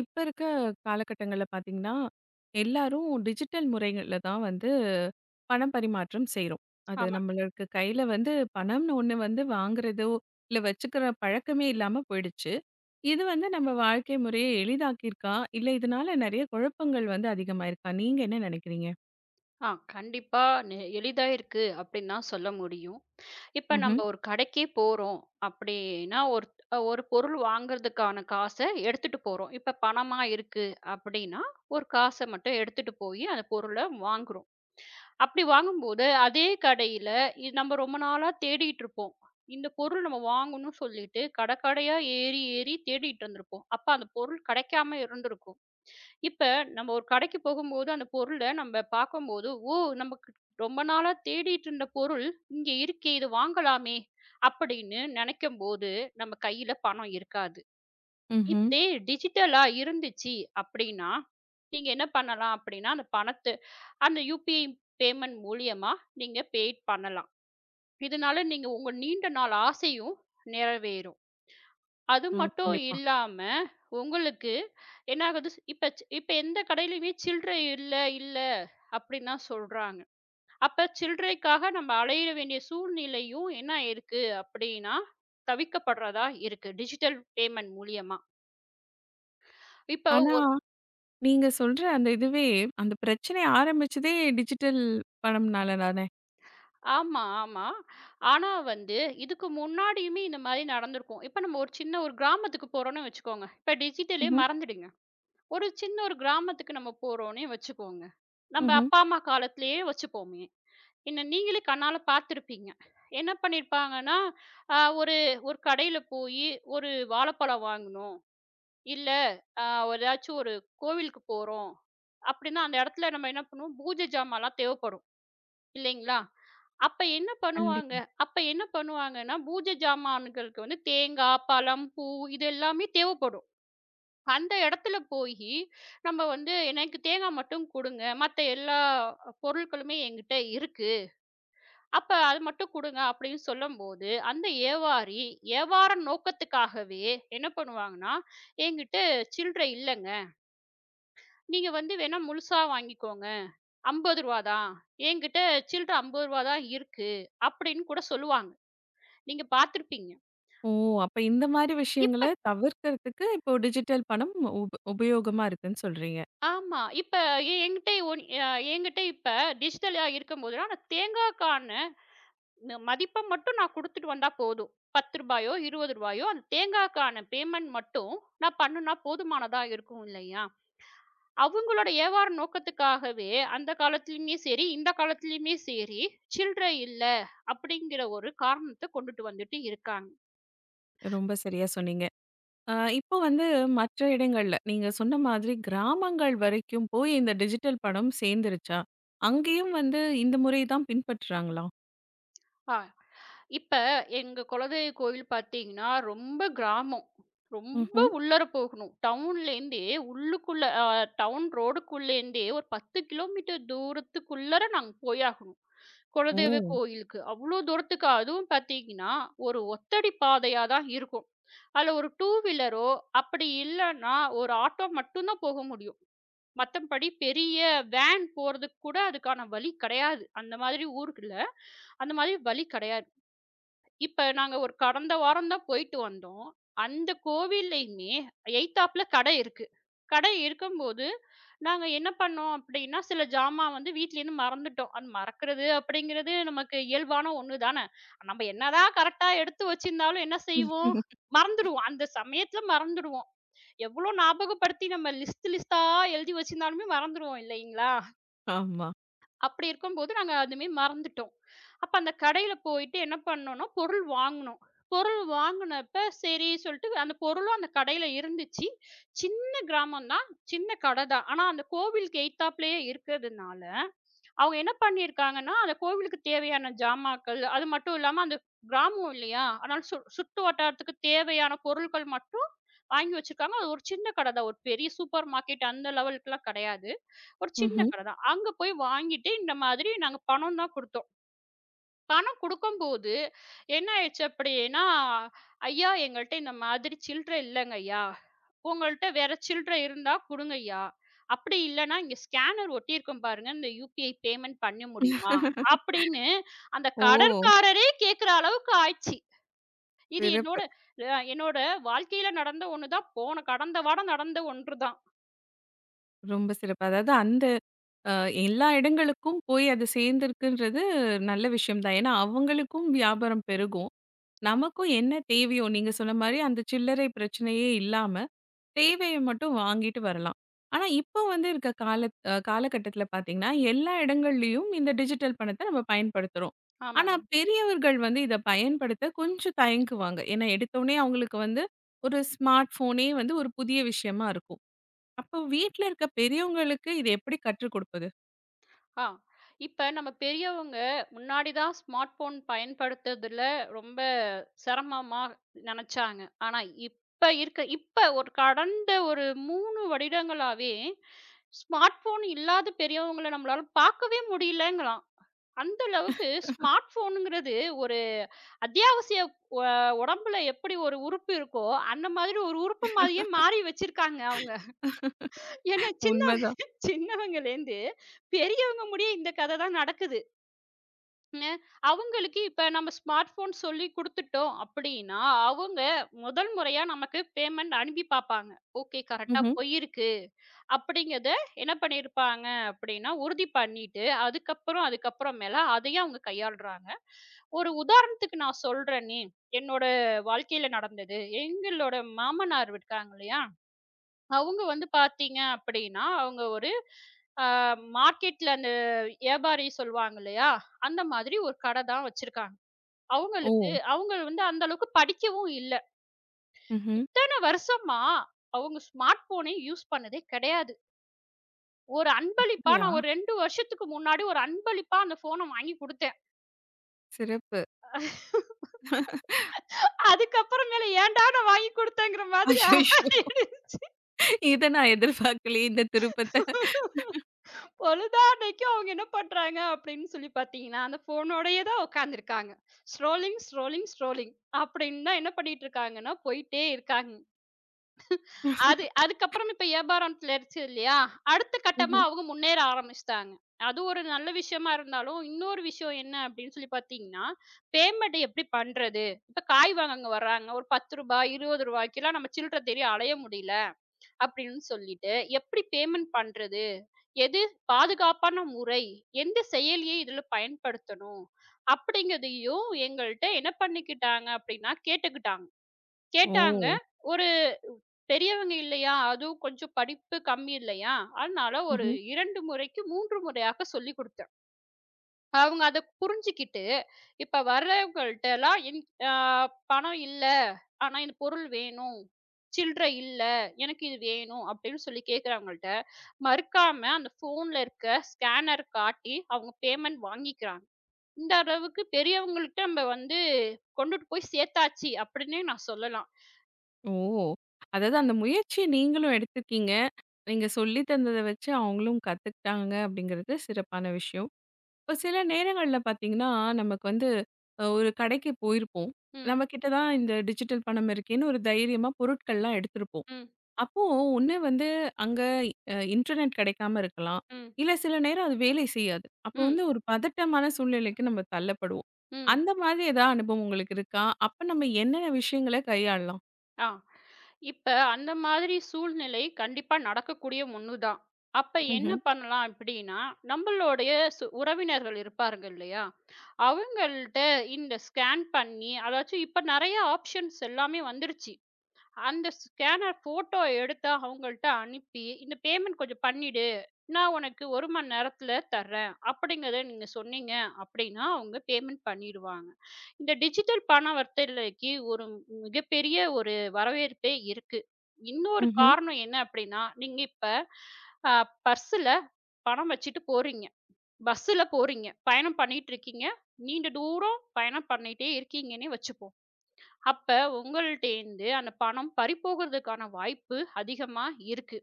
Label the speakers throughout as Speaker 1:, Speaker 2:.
Speaker 1: இப்ப இருக்க காலகட்டங்கள்ல பார்த்தீங்கன்னா, எல்லாரும் டிஜிட்டல் முறைகள்ல தான் வந்து பணம் பரிமாற்றம் செய்றோம். அது
Speaker 2: ஆமா.
Speaker 1: நம்மளுக்கு கையில வந்து பணம்னு ஒண்ணு வந்து வாங்குறதோ, இல்ல வச்சுக்கிற பழக்கமே இல்லாம போயிடுச்சு. இது வந்து நம்ம வாழ்க்கை முறைய எளிதாக்கியிருக்கா? இல்ல இதனால நெறைய குழப்பங்கள் வந்து அதிகமாயிருக்கா? நீங்க என்ன நெனைக்கிறீங்க?
Speaker 2: ஆ கண்டிப்பா எளிதா இருக்கு அப்படின்னு தான் சொல்ல முடியும். இப்ப நம்ம
Speaker 1: ம்ஹ்ம்,
Speaker 2: ஒரு கடைக்கே போறோம் அப்படின்னா, ஒரு ஒரு பொருள் வாங்குறதுக்கான காச எடுத்துட்டு போறோம். இப்ப பணமா இருக்கு அப்படின்னா, ஒரு காச மட்டும் எடுத்துட்டு போயி அந்த பொருள வாங்குறோம். அப்படி வாங்கும்போது அதே கடையில இது நம்ம ரொம்ப நாளா தேடிட்டு இருப்போம். இந்த பொருள் நம்ம வாங்கணும்னு சொல்லிட்டு கடை கடையா ஏறி ஏறி தேடிட்டு இருந்திருப்போம். அப்ப அந்த பொருள் கிடைக்காம இருந்திருக்கும். இப்ப நம்ம ஒரு கடைக்கு போகும்போது அந்த பொருள நம்ம பார்க்கும்போது, "ஓ! நமக்கு ரொம்ப நாளா தேடிட்டு இருந்த பொருள் இங்க இருக்கே! இது வாங்கலாமே!" அப்படின்னு நெனைக்கும்போது, நம்ம கையில பணம் இருக்காது.
Speaker 1: ம்ஹ்ம்.
Speaker 2: இதே டிஜிட்டலா இருந்துச்சு அப்படின்னா, நீங்க என்ன பண்ணலாம் அப்படின்னா, அந்த பணத்த அந்த யுபிஐ பேமெண்ட் மூலியமா நீங்க பேட் பண்ணலாம். இதனால நீங்க உங்க நீண்ட நாள் ஆசையும் நிறைவேறும். அது
Speaker 1: ஆ
Speaker 2: மட்டும்
Speaker 1: கண்டிப்பா.
Speaker 2: இல்லாம, உங்களுக்கு என்ன ஆகுது? இப்ப எந்த கடையிலயுமே சில்லறை இல்ல, இல்ல அப்டின்னு தான் சொல்றாங்க. அப்ப சில்லறைக்காக நம்ம அலைய வேண்டிய சூழ்நிலையும் என்ன ஆயிருக்கு அப்டின்னா, தவிர்க்கப்படுறதா இருக்கு. டிஜிட்டல் பேமெண்ட் மூலியமா. இப்போ
Speaker 1: ஆனா, நீங்க சொல்ற அந்த இதுவே அந்த பிரச்சனை ஆரம்பிச்சதே டிஜிட்டல் பணம்னால தானே?
Speaker 2: ஆமா, ஆமா. ஆனா வந்து இதுக்கு முன்னாடியுமே இந்த மாரி நடந்திருக்கும். இப்ப நம்ம ஒரு சின்ன ஒரு கிராமத்துக்கு போறோம்னு வச்சுக்கோங்க. இப்ப டிஜிட்டலே
Speaker 1: ம்ஹ்ம்,
Speaker 2: மறந்துடுங்க. ஒரு சின்ன ஒரு கிராமத்துக்கு நம்ம போறோம்னே வச்சுக்கோங்க. நம்ம
Speaker 1: ம்ஹ்ம்.
Speaker 2: அப்பா, அம்மா காலத்திலேயே வச்சுப்போமே! என்ன நீங்களே கண்ணால பார்த்துருப்பீங்க. என்ன பண்ணியிருப்பாங்கன்னா, ஒரு ஒரு கடையில போயி ஒரு வாழைப்பழம் வாங்கணும். இல்ல அ ஏதாச்சும் ஒரு கோவிலுக்கு போறோம் அப்படின்னா, அந்த இடத்துல நம்ம என்ன பண்ணுவோம், பூஜை ஜாமான்லாம் தேவைப்படும் இல்லைங்களா? அப்ப என்ன பண்ணுவாங்க
Speaker 1: கண்டிப்பா.
Speaker 2: அப்ப என்ன பண்ணுவாங்கன்னா, பூஜை ஜாமான்களுக்கு வந்து தேங்காய், பழம், பூ இது எல்லாமே தேவைப்படும். அந்த இடத்துல போயி நம்ம வந்து "எனக்கு தேங்காய் மட்டும் குடுங்க. மத்த எல்லா பொருட்களுமே என்கிட்ட இருக்கு." அப்ப அது மட்டும் குடுங்க அப்படின்னு சொல்லும்போது, அந்த ஏவாரி, ஏவார நோக்கத்துக்காகவே என்ன பண்ணுவாங்கன்னா, என்கிட்ட சில்லறை இல்லங்க. நீங்க வந்து வேணா முழுசா வாங்கிக்கோங்க. ரூ. 50 தான். என்கிட்ட சில்லற ரூ. 50 தான் இருக்கு அப்படின்னு கூட சொல்லுவாங்க. நீங்க பார்த்திருப்பீங்க.
Speaker 1: ஓ! அப்ப இந்த மாரி விஷயங்கள
Speaker 2: இப்ப
Speaker 1: தவிர்க்கிறதுக்கு இப்போ டிஜிட்டல் பணம் உபயோகமா இருக்குன்னு சொல்றீங்க.
Speaker 2: ஆமா. இப்ப எ என்கிட்ட ஒன் எ என்கிட்ட இப்ப டிஜிட்டலா இருக்கும்போதுலாம் நான் தேங்காய் கான ந மதிப்ப மட்டும் நான் குடுத்துட்டு வந்தா போதும். ரூ. 10 ரூ. 20 அந்த தேங்காக்கான பேமெண்ட் மட்டும் நான் பண்ணுனா போதுமானதா இருக்கும் இல்லையா? அவங்களோட வியாபார நோக்கத்துக்காகவே அந்த காலத்திலயுமே சரி, இந்த காலத்திலயுமே சரி, "சில்லறை இல்ல" அப்படிங்கிற ஒரு காரணத்த கொண்டுட்டு வந்துட்டு இருக்காங்க.
Speaker 1: ரொம்ப சரியா சொன்னீங்க. அ இப்போ வந்து மற்ற இடங்கள்ல நீங்க சொன்ன மாதிரி கிராமங்கள் வரைக்கும் போய் இந்த டிஜிட்டல் பணம் சேர்ந்துருச்சா? அங்கேயும் வந்து இந்த முறை தான் பின்பற்றுறாங்களா?
Speaker 2: ஆ இப்ப எங்க குலதெய்வ கோவில் பார்த்தீங்கன்னா, ரொம்ப கிராமம். ரொம்ப
Speaker 1: ம்ஹ்ம்.
Speaker 2: உள்ளார போகணும். டவுன்லேருந்தே உள்ளுக்குள்ள டவுன் ரோடுக்குள்ளேருந்தே ஒரு 10 கிலோமீட்டர் தூரத்துக்குள்ளர நாங்க போயாகணும்.
Speaker 1: ஓ!
Speaker 2: குலதெய்வ கோயிலுக்கு. அவ்ளோ தூரத்துக்கு அதுவும் பார்த்தீங்கன்னா, ஒரு ஒத்தடி பாதையா தான் இருக்கும். அதுல ஒரு டூ வீலரோ, அப்படி இல்லன்னா ஒரு ஆட்டோ மட்டும் தான் போக முடியும். மத்தபடி பெரிய வேன் போறதுக்கு கூட அதுக்கான வழி கிடையாது. அந்த மாதிரி ஊருக்குள்ள, அந்த மாதிரி வழி கிடையாது. இப்ப நாங்க ஒரு கடந்த வாரம் தான் போயிட்டு வந்தோம். அந்த கோவில்லயுமே எய்த்தாப்ல கடை இருக்கு. கடை இருக்கும்போது நாங்க என்ன பண்ணோம் அப்டின்னா, சில ஜாமான் வந்து வீட்லேருந்து மறந்துட்டோம். அது மறக்கிறது அப்டிங்கிறது நமக்கு இயல்பான ஒண்ணு தான. நம்ம என்னதான் கரெக்ட்டா எடுத்து வச்சிருந்தாலும் என்ன செய்வோம்? மறந்துடுவோம். அந்த சமயத்துல மறந்துடுவோம். எவ்ளோ ஞாபகப்படுத்தி நம்ம லிஸ்ட் லிஸ்ட்டா எழுதி வச்சிருந்தாலுமே மறந்துருவோம் இல்லைங்களா?
Speaker 1: ஆமா.
Speaker 2: அப்படி இருக்கும்போது நாங்க அதுவுமே மறந்துட்டோம். அப்ப அந்த கடையில போயிட்டு என்ன பண்ணோம்னா, பொருள் வாங்குனோம். பொருள் வாங்குனப்ப சரி சொல்லிட்டு அந்த பொருளும் அந்த கடையில இருந்துச்சு. சின்ன கிராமம் தான், சின்ன கடை தான். ஆனா அந்த கோவிலுக்கு எய்த்தாப்லயே இருக்கிறதுனால, அவங்க என்ன பண்ணியிருக்காங்கன்னா, அந்த கோவிலுக்கு தேவையான ஜாமாக்கள், அது மட்டும் இல்லாம அந்த கிராமம் இல்லையா? அதனால சுற்று வட்டாரத்துக்கு தேவையான பொருட்கள் மட்டும் வாங்கி வச்சிருக்காங்க. அது ஒரு சின்ன கடை தான். ஒரு பெரிய சூப்பர் மார்க்கெட் அந்த லெவலுக்குலாம் கிடையாது. ஒரு சின்ன
Speaker 1: ம்ஹ்ம்.
Speaker 2: கடை தான். அங்க போய் வாங்கிட்டு இந்த மாதிரி நாங்க பணம் தான் குடுத்தோம். பணம் குடுக்கும்போது என்ன ஆயிடுச்சு அப்படின்னா, "ஐயா எங்கள்ட்ட இந்த மாதிரி சில்லற இல்லங்க ஐயா. உங்கள்ட்ட வேற சில்லற இருந்தா குடுங்க ஐயா. அப்படி இல்லன்னா இங்க ஸ்கேனர் ஒட்டியிருக்கும் பாருங்க. இந்த யுபிஐ பேமெண்ட் பண்ண முடியுமா?" அப்படின்னு அந்த
Speaker 1: ஓ!
Speaker 2: கடற்காரரே கேட்கிற அளவுக்கு ஆயிடுச்சு. இது
Speaker 1: சிறப்பு.
Speaker 2: என்னோட அ என்னோட வாழ்க்கையில நடந்த ஒண்ணு தான். போன கடந்த வாரம் நடந்த ஒன்று தான்.
Speaker 1: ரொம்ப சிறப்பு. அதாவது அந்த அ எல்லா இடங்களுக்கும் போய் அது சேர்ந்திருக்குன்றது நல்ல விஷயம் தான். ஏன்னா அவங்களுக்கும் வியாபாரம் பெருகும். நமக்கும் என்ன தேவையோ, நீங்க சொன்ன மாரி அந்த சில்லறை பிரச்சனையே இல்லாம, தேவைய மட்டும் வாங்கிட்டு வரலாம். ஆனா, இப்போ வந்து இருக்க காலகட்டத்தில பார்த்தீங்கன்னா, எல்லா இடங்கள்லயும் இந்த டிஜிட்டல் பணத்த நம்ம பயன்படுத்துறோம்.
Speaker 2: ஆமா.
Speaker 1: ஆனா, பெரியவர்கள் வந்து இத பயன்படுத்த கொஞ்சம் தயங்குவாங்க. ஏன்னா, எடுத்தோனே அவங்களுக்கு வந்து ஒரு ஸ்மார்ட் ஃபோனே வந்து ஒரு புதிய விஷயமா இருக்கும். அப்போ வீட்ல இருக்க பெரியவங்களுக்கு இத எப்படி கற்றுக் கொடுப்பது?
Speaker 2: ஆ. இப்ப நம்ம பெரியவங்க முன்னாடி தான் ஸ்மார்ட் போன் பயன்படுத்துறதுல ரொம்ப சிரமமா நெனச்சாங்க. ஆனா, இப்ப இருக்க இப்ப ஒரு கடந்த ஒரு 3 வருடங்களாவே, ஸ்மார்ட் போன் இல்லாத பெரியவங்கள நம்மளால பார்க்கவே முடியலங்கலாம். அந்த அளவுக்கு ஸ்மார்ட் போனுங்கிறது ஒரு அத்தியாவசிய அ உடம்புல எப்படி ஒரு உறுப்பு இருக்கோ, அந்த மாதிரி ஒரு உறுப்பு மாதிரியே மாறி வச்சிருக்காங்க அவங்க. ஏன்னா சின்ன
Speaker 1: உண்மதான்.
Speaker 2: சின்னவங்கலேருந்து பெரியவங்க முடிய இந்த கதை தான் நடக்குது. ங்க. அவங்களுக்கு இப்ப நம்ம ஸ்மார்ட் போன் சொல்லி குடுத்துட்டோம் அப்படின்னா, அவங்க முதல் முறையா நமக்கு பேமெண்ட் அனுப்பி பார்ப்பாங்க. ஓகே கரெக்ட்டா
Speaker 1: ம்ஹ்ம்.
Speaker 2: போயிருக்கு அப்படிங்கிறத என்ன பண்ணியிருப்பாங்க அப்படின்னா, உறுதி பண்ணிட்டு அதுக்கப்புறம் அதுக்கப்புறம் மேல அதையும் அவங்க கையாளுறாங்க. ஒரு உதாரணத்துக்கு நான் சொல்றேனே, என்னோட வாழ்க்கையில நடந்தது. எங்களோட மாமனார் இருக்காங்க இல்லையா? அவங்க வந்து பார்த்தீங்க அப்படின்னா, அவங்க ஒரு அ மார்க்கெட்ல அந்த வியாபாரி சொல்லுவாங்க இல்லையா? அந்த மாதிரி ஒரு கடை தான் வச்சிருக்காங்க. அவங்களுக்கு
Speaker 1: ஓ!
Speaker 2: அவங்க வந்து அந்த அளவுக்கு படிக்கவும் இல்ல.
Speaker 1: ம்ஹ்ம்.
Speaker 2: இத்தன வருஷமா அவங்க ஸ்மார்ட் ஃபோனே யூஸ் பண்ணதே கிடையாது. ஒரு அன்பளிப்பா
Speaker 1: அப்படியா?
Speaker 2: நான் ஒரு 2 வருஷத்துக்கு முன்னாடி ஒரு அன்பளிப்பா அந்த ஃபோன வாங்கி குடுத்தேன்.
Speaker 1: சிறப்பு.
Speaker 2: அதுக்கப்புறம் மேல ஏன்டா நான் வாங்கி குடுத்தேங்கிற மாதிரி
Speaker 1: அய்யய்யோ!
Speaker 2: ஆயிடுச்சு.
Speaker 1: இத நான் எதிர்பார்க்கலயே இந்த திருப்பத்த.
Speaker 2: பொழுதானைக்கும் அவங்க என்ன பண்றாங்க அப்படின்னு சொல்லி பார்த்தீங்கன்னா, அந்த ஃபோனோடயே தான் உட்கார்ந்திருக்காங்க. ஸ்க்ரோலிங், ஸ்க்ரோலிங், ஸ்க்ரோலிங் அப்படின்னு தான் என்ன பண்ணிட்டு இருக்காங்கன்னா, போயிட்டே இருக்காங்க. அது அதுக்கப்புறம் இப்ப வியாபாரம் கிளர்ச்சி இல்லையா? அடுத்த கட்டமா
Speaker 1: ம்ஹ்ம்.
Speaker 2: அவங்க முன்னேற ஆரம்பிச்சுட்டாங்க. அது ஒரு நல்ல விஷயமா இருந்தாலும், இன்னொரு விஷயம் என்ன அப்படின்னு சொல்லி பார்த்தீங்கன்னா, பேமெண்ட் எப்படி பண்றது? இப்ப காய் வாங்க அங்க வர்றாங்க. ஒரு ரூ. 10 ரூ. 20 ரூவாய்க்குலாம் நம்ம சில்லற தேடி அலைய முடியல. அப்படின்னு சொல்லிட்டு, எப்படி பேமெண்ட் பண்றது? எது பாதுகாப்பான முறை? எந்த செயலியை இதுல பயன்படுத்தணும்? அப்படிங்கிறதையும் எங்கள்ட்ட என்ன பண்ணிக்கிட்டாங்க அப்படின்னா, கேட்டுக்கிட்டாங்க. கேட்டாங்க.
Speaker 1: ஓ!
Speaker 2: ஒரு பெரியவங்க இல்லையா? அதுவும் கொஞ்சம் படிப்பு கம்மி இல்லையா? அதனால ஒரு
Speaker 1: ம்ஹ்ம்.
Speaker 2: 2 முறைக்கு 3 முறையாக சொல்லிக் குடுத்தாங்க. அவங்க அத புரிஞ்சுகிட்டு, இப்ப வர்றவங்கள்ட்டலாம் என் அ பணம் இல்ல. ஆனா இந்த பொருள் வேணும். சில்லற இல்ல. எனக்கு இது வேணும் அப்படின்னு சொல்லி கேட்கிறவங்கள்ட்ட, மறுக்காம அந்த ஃபோன்ல இருக்க ஸ்கேனர் காட்டி அவங்க பேமெண்ட் வாங்கிக்கிறாங்க. இந்த அளவுக்கு பெரியவங்கள்ட்ட நம்ம வந்து கொண்டுட்டு போய் சேர்த்தாச்சு அப்படின்னே நான் சொல்லலாம்.
Speaker 1: ஓ! அதாவது அந்த முயற்சிய நீங்களும் எடுத்திருக்கீங்க. நீங்க சொல்லி தந்தத வச்சு அவங்களும் கத்துக்கிட்டாங்க அப்படிங்கிறது சிறப்பான விஷயம். இப்ப சில நேரங்கள்ல பார்த்தீங்கன்னா, நமக்கு வந்து ஒரு கடைக்கு போயிருப்போம்.
Speaker 2: ம்,
Speaker 1: நம்ம கிட்ட தான் இந்த டிஜிட்டல் பணம் இருக்கேன்னு ஒரு தைரியமா பொருட்கள்லாம் எடுத்திருப்போம்.
Speaker 2: ம்,
Speaker 1: அப்போ ஒண்ணு வந்து அங்க இன்டர்நெட் கிடைக்காம இருக்கலாம்.
Speaker 2: ம்,
Speaker 1: இல்ல சில நேரம் அது வேலை செய்யாது. அப்போ
Speaker 2: ம்,
Speaker 1: வந்து ஒரு பதட்டமான சூழ்நிலைக்கு நம்ம தள்ளப்படுவோம்.
Speaker 2: ம்.
Speaker 1: அந்த மாதிரி ஏதாவது அனுபவம் உங்களுக்கு இருக்கா? அப்ப நம்ம என்னென்ன விஷயங்கள கையாளலாம்?
Speaker 2: ஆ. இப்ப அந்த மாதிரி சூழ்நிலை கண்டிப்பா நடக்கக்கூடிய ஒண்ணுதான். அப்ப என்ன
Speaker 1: ம்ஹ்ம்,
Speaker 2: பண்ணலாம் அப்படின்னா, நம்மளுடைய உறவினர்கள் இருப்பாருங்க இல்லையா? அவங்கள்ட்ட இந்த ஸ்கேன் பண்ணி, அதாச்சும் இப்ப நெறைய ஆப்ஷன்ஸ் எல்லாமே வந்துருச்சு. அந்த ஸ்கேனர் ஃபோட்டோ எடுத்து அவங்கள்ட்ட அனுப்பி, "இந்த பேமெண்ட் கொஞ்சம் பண்ணிடு. நான் உனக்கு 1 மணி நேரத்துல தர்றேன்." அப்படிங்கிறத நீங்க சொன்னீங்க அப்படின்னா, அவங்க பேமெண்ட் பண்ணிடுவாங்க. இந்த டிஜிட்டல் பணவர்த்தலைக்கு ஒரு மிகப்பெரிய ஒரு வரவேற்பே இருக்கு. இன்னொரு
Speaker 1: ம்ஹ்ம்.
Speaker 2: காரணம் என்ன அப்படின்னா, நீங்க இப்ப அ பர்ஸ்ல பணம் வச்சுட்டு போறீங்க. பஸ்ஸுல போறீங்க. பயணம் பண்ணிட்டு இருக்கீங்க. நீண்ட தூரம் பயணம் பண்ணிட்டே இருக்கீங்கன்னே வச்சுப்போம். அப்ப உங்கள்ட்டேந்து அந்த பணம் பறிபோகறதுக்கான வாய்ப்பு அதிகமா இருக்கு.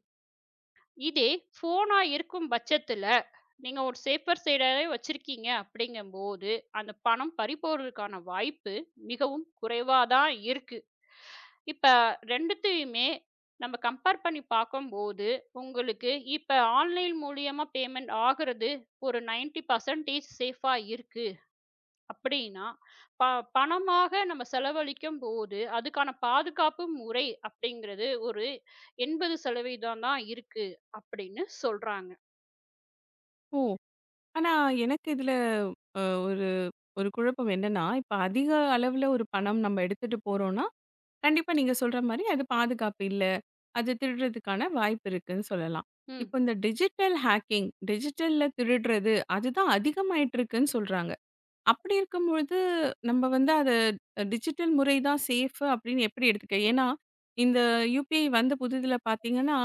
Speaker 2: இதே ஃபோனா இருக்கும் பட்சத்துல, நீங்க ஒரு சேஃபர் சைடாவே வச்சிருக்கீங்க அப்படிங்கம்போது, அந்த பணம் பறிபோறதுக்கான வாய்ப்பு மிகவும் குறைவா தான் இருக்கு. இப்ப 2த்தையுமே நம்ம கம்பேர் பண்ணி பார்க்கும்போது, உங்களுக்கு இப்ப ஆன்லைன் மூலியமா பேமெண்ட் ஆகுறது ஒரு 90% சேஃபா இருக்கு. அப்படின்னா, ப பணமாக நம்ம செலவழிக்கும் போது, அதுக்கான பாதுகாப்பு முறை அப்படிங்கிறது ஒரு 80% தான் இருக்கு அப்படின்னு சொல்றாங்க.
Speaker 1: ஓ! ஆனா எனக்கு இதுல அ ஒரு ஒரு குழப்பம் என்னன்னா, இப்ப அதிக அளவுல ஒரு பணம் நம்ம எடுத்துட்டு போறோம்னா, கண்டிப்பா நீங்க சொல்ற மாரி அது பாதுகாப்பு இல்ல. அது திருடுறதுக்கான வாய்ப்பு இருக்குன்னு சொல்லலாம்.
Speaker 2: ம்,
Speaker 1: இப்போ இந்த டிஜிட்டல் ஹேக்கிங் டிஜிட்டல்ல திருடுறது அதுதான் அதிகமாயிட்டு இருக்குன்னு சொல்றாங்க. அப்படி இருக்கும்பொழுது நம்ம வந்து அது டிஜிட்டல் முறை தான் சேஃப் அப்படின்னு எப்படி எடுத்துக்க? ஏன்னா இந்த UPI வந்த புதிதில பார்த்தீங்கன்னா,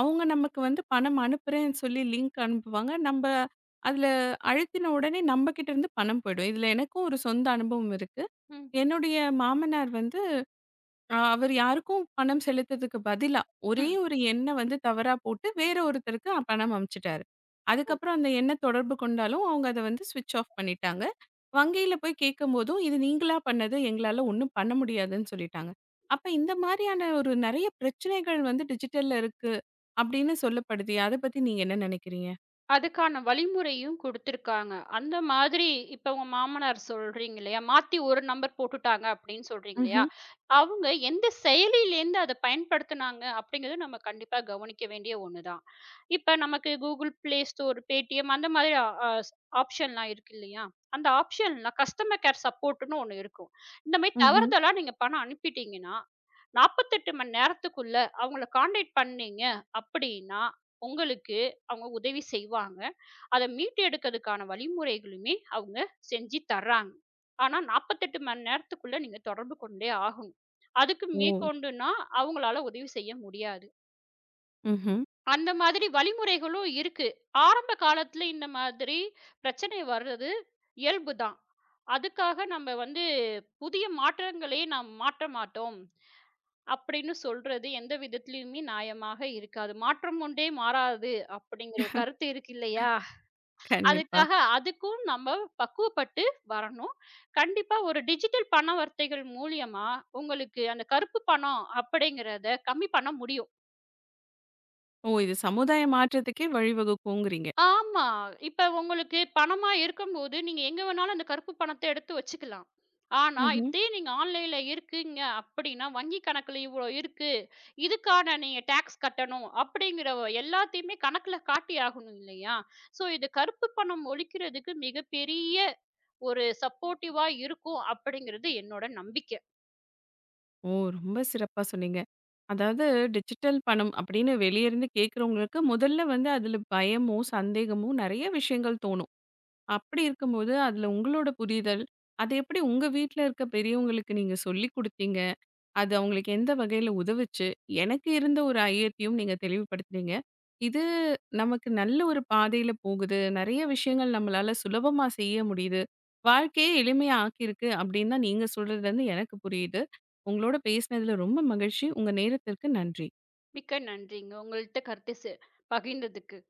Speaker 1: அவங்க நமக்கு வந்து பணம் அனுப்புறேன்னு சொல்லி லிங்க் அனுப்புவாங்க. நம்ம அதில அழுத்தின உடனே நம்ம கிட்ட இருந்து பணம் போயிடும். இதில எனக்கும் ஒரு சொந்த அனுபவம் இருக்கு.
Speaker 2: ம்,
Speaker 1: என்னுடைய மாமனார் வந்து அவர் யாருக்கும் பணம் செலுத்ததுக்கு பதிலா, ஒரே
Speaker 2: ம்.
Speaker 1: ஒரு எண்ண வந்து தவறா போட்டு வேற ஒருத்தருக்கு பணம் அனுப்பிச்சுட்டாரு. அதுக்கப்புறம் அந்த எண்ண தொடர்பு கொண்டாலும், அவங்க அத வந்து ஸ்விட்ச் ஆஃப் பண்ணிட்டாங்க. வங்கியில போய் கேட்கும்போதும், "இது நீங்களா பண்ணது. எங்களால ஒண்ணும் பண்ண முடியாதுன்னு" சொல்லிட்டாங்க. அப்ப இந்த மாரியான ஒரு நெறைய பிரச்சனைகள் வந்து டிஜிட்டல்ல இருக்கு அப்படின்னு சொல்லப்படுதே. அத பத்தி நீங்க என்ன நெனைக்கிறீங்க?
Speaker 2: அதுக்கான வழிமுறையும் குடுத்துருக்காங்க. அந்த மாதிரி இப்ப உங்க மாமனார் சொல்றீங்க இல்லையா? மாத்தி ஒரு நம்பர் போட்டுட்டாங்க அப்படின்னு சொல்றீங்க இல்லையா?
Speaker 1: ம்ஹ்ம்,
Speaker 2: அவங்க எந்த செயலிலேருந்து அத பயன்படுத்துனாங்க அப்படிங்கிறது நம்ம கண்டிப்பா கவனிக்க வேண்டிய ஒண்ணு தான். இப்ப நமக்கு Google Play Store, Paytm அந்த மாதிரி அ ஸ் ஆப்ஷன்லாம் இருக்கு இல்லையா? அந்த ஆப்ஷன்லாம் கஸ்டமர் கேர் சப்போர்ட்ன்னு ஒண்ணு இருக்கும். இந்த மாரி
Speaker 1: ம்ஹ்ம்.
Speaker 2: தவறுதலா நீங்க பணம் அனுப்பிட்டீங்கன்னா, 48 மணி நேரத்துக்குள்ள அவங்கள கான்டாக்ட் பண்ணீங்க அப்படின்னா, உங்களுக்கு அவங்க உதவி செய்வாங்க. அத மீட்டெடுக்கிறதுக்கான வழிமுறைகளுமே அவங்க செஞ்சு தர்றாங்க. ஆனா 48 மணி நேரத்துக்குள்ள நீங்க தொடர்பு கொண்டே ஆகணும். அதுக்கு
Speaker 1: ஓ!
Speaker 2: மேற்கொண்டுன்னா அவங்களால உதவி செய்ய முடியாது.
Speaker 1: ம்ஹ்ம்.
Speaker 2: அந்த மாதிரி வழிமுறைகளும் இருக்கு. ஆரம்ப காலத்துல இந்த மாதிரி பிரச்சனை வர்றது இயல்புதான். அதுக்காக நம்ம வந்து புதிய மாற்றங்களே நாம் மாற்ற மாட்டோம். அப்படின்னு சொல்றது எந்த விதத்திலயுமே நியாயமாக இருக்காது. மாற்றம் ஒன்றே மாறாது அப்படிங்கிற ஒரு கருத்து இருக்கு இல்லையா?
Speaker 1: கண்டிப்பா.
Speaker 2: அதுக்காக அதுக்கும் நம்ம பக்குவப்பட்டு வரணும். கண்டிப்பா ஒரு டிஜிட்டல் பணவர்த்தைகள் மூலியமா உங்களுக்கு அந்த கருப்பு பணம் அப்படிங்கிறத கம்மி பண்ண முடியும்.
Speaker 1: ஓ! இது சமுதாய மாற்றத்துக்கே வழிவகுக்குங்கிறீங்க.
Speaker 2: ஆமா. இப்ப உங்களுக்கு பணமா இருக்கும்போது நீங்க எங்க வேணாலும் அந்த கருப்பு பணத்த எடுத்து வச்சுக்கலாம். ஆனா,
Speaker 1: ம்ஹ்ம்.
Speaker 2: இதே நீங்க ஆன்லைன்ல இருக்கீங்க அப்படின்னா, வங்கி கணக்குல இவ்வளோ இருக்கு. இதுக்கான நீங்க டாக்ஸ் கட்டணும் அப்படிங்கிற எல்லாத்தையுமே கணக்குல காட்டி ஆகணும் இல்லையா? ஸோ இது கருப்பு பணம் ஒழிக்கிறதுக்கு மிகப்பெரிய ஒரு சப்போர்ட்டிவா இருக்கும் அப்படிங்கிறது என்னோட நம்பிக்கை.
Speaker 1: ஓ! ரொம்ப சிறப்பா சொன்னீங்க. அதாவது டிஜிட்டல் பணம் அப்படின்னு வெளிய இருந்து கேட்குறவங்களுக்கு முதல்ல வந்து அதில பயமோ, சந்தேகமோ நெறைய விஷயங்கள் தோணும். அப்படி இருக்கும்போது அதில உங்களோட புரிதல், அது எப்படி உங்க வீட்ல இருக்க பெரியவங்களுக்கு நீங்க சொல்லிக் குடுத்தீங்க? அது அவங்களுக்கு எந்த வகையில உதவுச்சு? எனக்கு இருந்த ஒரு ஐயத்தையும் நீங்க தெளிவுபடுத்துனீங்க. இது நமக்கு நல்ல ஒரு பாதையில போகுது. நெறைய விஷயங்கள் நம்மளால சுலபமா செய்ய முடியுது. வாழ்க்கையே எளிமையா ஆக்கியிருக்கு அப்படின்னு தான் நீங்க சொல்றதுலேருந்து எனக்கு புரியுது. உங்களோட பேசினதுல ரொம்ப மகிழ்ச்சி. உங்க நேரத்திற்கு நன்றி.
Speaker 2: மிக்க நன்றிங்க. உங்கள்ட்ட கருத்து பகிர்ந்ததுக்கு.